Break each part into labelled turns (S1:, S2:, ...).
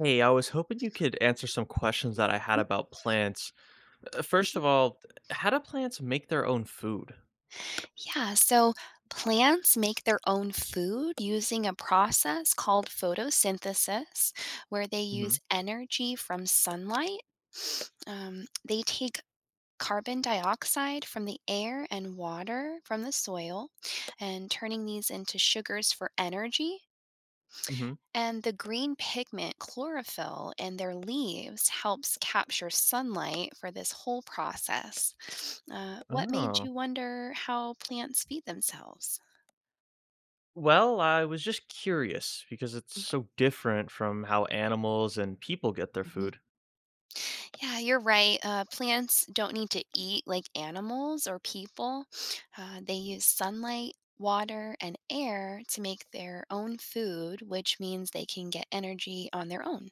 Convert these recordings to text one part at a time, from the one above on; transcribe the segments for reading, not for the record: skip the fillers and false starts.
S1: Hey, I was hoping you could answer some questions that I had
S2: Mhm.
S1: about plants. First
S2: Mhm.
S1: of all, how do plants make their own food?
S2: Yeah, so plants make their own food using a process called photosynthesis, where they
S1: Hmm.
S2: use energy from sunlight. They take carbon dioxide from the air and water from the soil and turning these into sugars for energy.
S1: Hmm.
S2: And the green pigment chlorophyll in their leaves helps capture sunlight for this whole process. What made
S1: Oh.
S2: you wonder how plants feed themselves?
S1: Well, I was just curious because it's so different from how animals and people get their
S2: Mhm.
S1: food.
S2: Yeah, you're right. Plants don't need to eat like animals or people. They use sunlight, water, and air to make their own food, which means they can get energy on their own.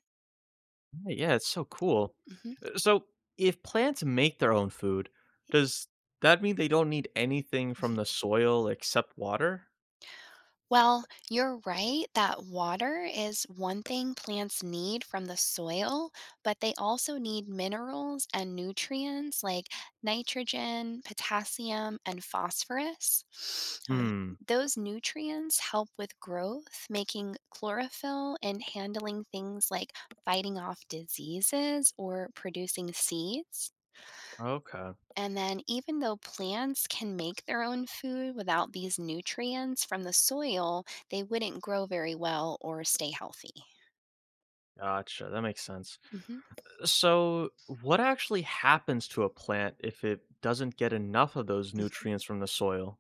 S1: Yeah, yeah, it's so cool.
S2: Mhm.
S1: So, if plants make their own food, does that mean they don't need anything from the soil except water?
S2: Well, you're right that water is one thing plants need from the soil, but they also need minerals and nutrients like nitrogen, potassium, and phosphorus. Uh,
S1: Hmm.
S2: those nutrients help with growth, making chlorophyll and handling things like fighting off diseases or producing seeds.
S1: Okay.
S2: And then, even though plants can make their own food without these nutrients from the soil, they wouldn't grow very well or stay healthy.
S1: Gotcha. That makes sense.
S2: Mhm.
S1: So, what actually happens to a plant if it doesn't get enough of those nutrients from the soil?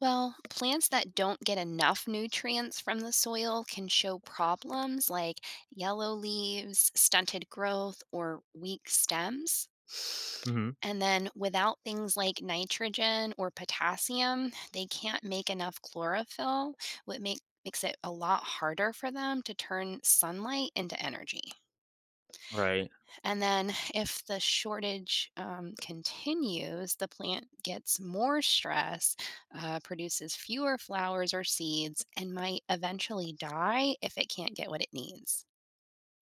S2: Well, plants that don't get enough nutrients from the soil can show problems like yellow leaves, stunted growth, or weak stems.
S1: Hmm.
S2: And then without things like nitrogen or potassium, they can't make enough chlorophyll, which makes it a lot harder for them to turn sunlight into energy.
S1: Right.
S2: And then, if the shortage continues, the plant gets more stress, produces fewer flowers or seeds, and might eventually die if it can't get what it needs.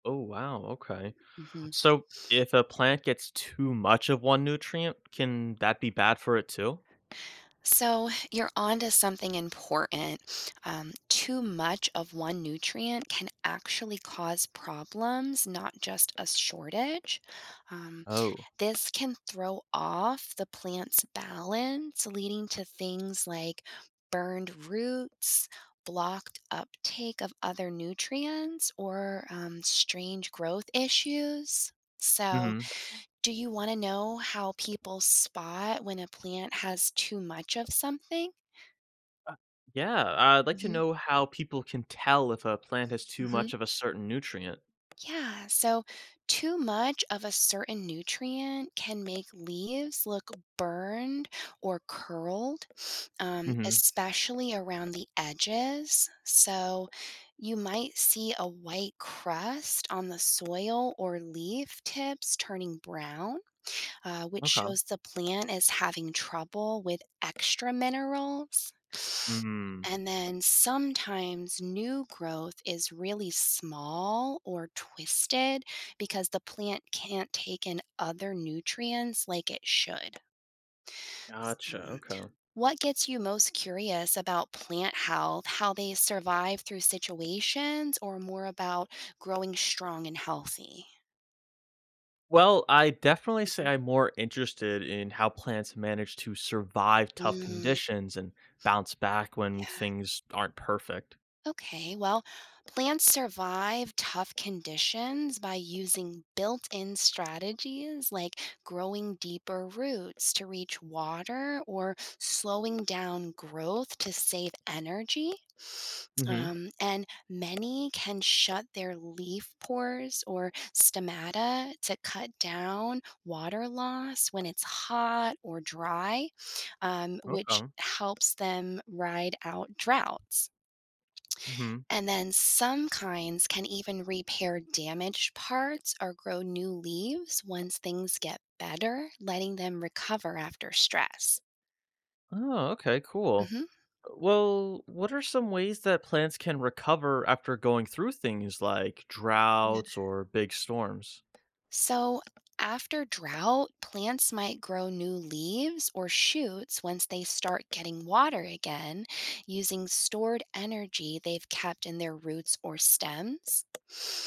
S1: Oh, wow. Okay.
S2: Mhm.
S1: So, if a plant gets too much of one nutrient, can that be bad for it too?
S2: So, you're onto something important. Too much of one nutrient can actually cause problems, not just a shortage. Um,
S1: Oh.
S2: This can throw off the plant's balance, leading to things like burned roots, blocked uptake of other nutrients, or strange growth issues. So,
S1: Hmm.
S2: do you want to know how people spot when a plant has too much of something?
S1: Uh, Yeah, I'd like to
S2: Hmm.
S1: know how people can tell if a plant has too
S2: Hmm.
S1: much of a certain nutrient.
S2: Yeah, so too much of a certain nutrient can make leaves look burned or curled,
S1: Hmm.
S2: especially around the edges. So you might see a white crust on the soil or leaf tips turning brown which
S1: Okay.
S2: shows the plant is having trouble with extra minerals.
S1: Mm,
S2: And then sometimes new growth is really small or twisted because the plant can't take in other nutrients like it should.
S1: gotcha.
S2: So,
S1: Okay.
S2: what gets you most curious about plant health, how they survive through situations, or more about growing strong and healthy?
S1: Well, I definitely say
S2: Mhm.
S1: I'm more interested in how plants manage to survive tough
S2: Mm,
S1: conditions and bounce back when
S2: yeah.
S1: things aren't perfect.
S2: Okay, well, plants survive tough conditions by using built in strategies like growing deeper roots to reach water or slowing down growth to save energy.
S1: Hmm.
S2: And many can shut their leaf pores or stomata to cut down water loss when it's hot or dry, which
S1: Okay.
S2: helps them ride out droughts.
S1: Hmm.
S2: And then some kinds can even repair damaged parts or grow new leaves once things get better, letting them recover after stress.
S1: Oh, okay, cool.
S2: Mhm.
S1: Well, what are some ways that plants can recover after going through things like droughts or big storms?
S2: So, after drought, plants might grow new leaves or shoots once they start getting water again, using stored energy they've kept in their roots or stems.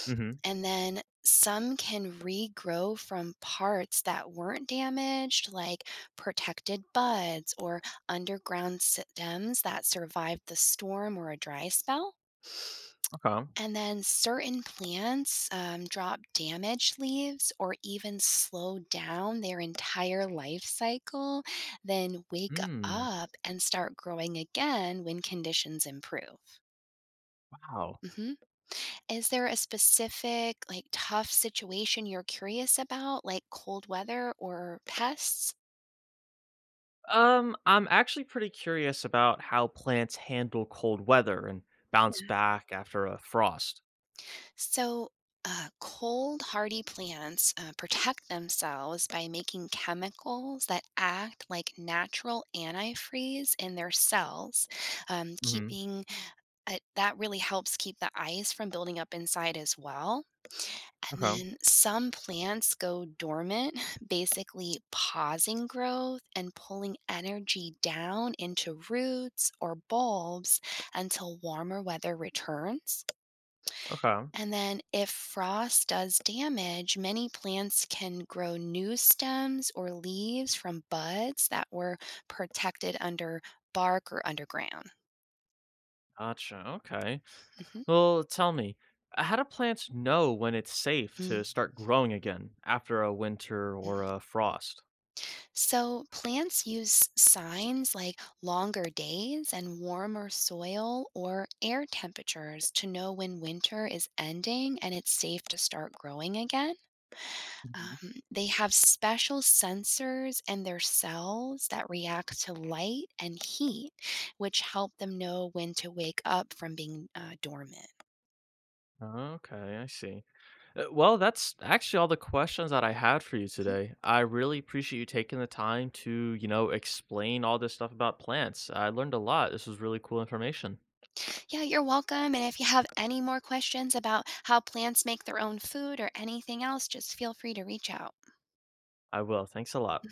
S1: Hmm.
S2: And then some can regrow from parts that weren't damaged, like protected buds or underground stems that survived the storm or a dry spell.
S1: Okay.
S2: And then certain plants drop damaged leaves or even slow down their entire life cycle, then wake
S1: Mm,
S2: up and start growing again when conditions improve.
S1: wow.
S2: Hmm. Is there a specific, like, tough situation you're curious about, like cold weather or pests?
S1: I'm actually pretty curious about how plants handle cold weather and bounce back after a frost.
S2: So, cold hardy plants protect themselves by making chemicals that act like natural antifreeze in their cells,
S1: Hmm.
S2: keeping that really helps keep the ice from building up inside as well. And
S1: Okay.
S2: then some plants go dormant, basically pausing growth and pulling energy down into roots or bulbs until warmer weather returns.
S1: Okay.
S2: And then, if frost does damage, many plants can grow new stems or leaves from buds that were protected under bark or underground.
S1: Gotcha. Okay.
S2: Mhm.
S1: Well, tell me, how do plants know when it's safe
S2: Mm,
S1: to start growing again after a winter or
S2: mm.
S1: a frost?
S2: So, plants use signs like longer days and warmer soil or air temperatures to know when winter is ending and it's safe to start growing again.
S1: Mhm.
S2: They have special sensors in their cells that react to light and heat, which help them know when to wake up from being dormant.
S1: Okay, I see. Well, that's actually all the questions that I had for you
S2: Mhm.
S1: today. I really appreciate you taking the time to, explain all this stuff about plants. I learned a lot. This was really cool information.
S2: Yeah, you're welcome. And if you have any more questions about how plants make their own food or anything else, just feel free to reach out.
S1: I will. Thanks a lot.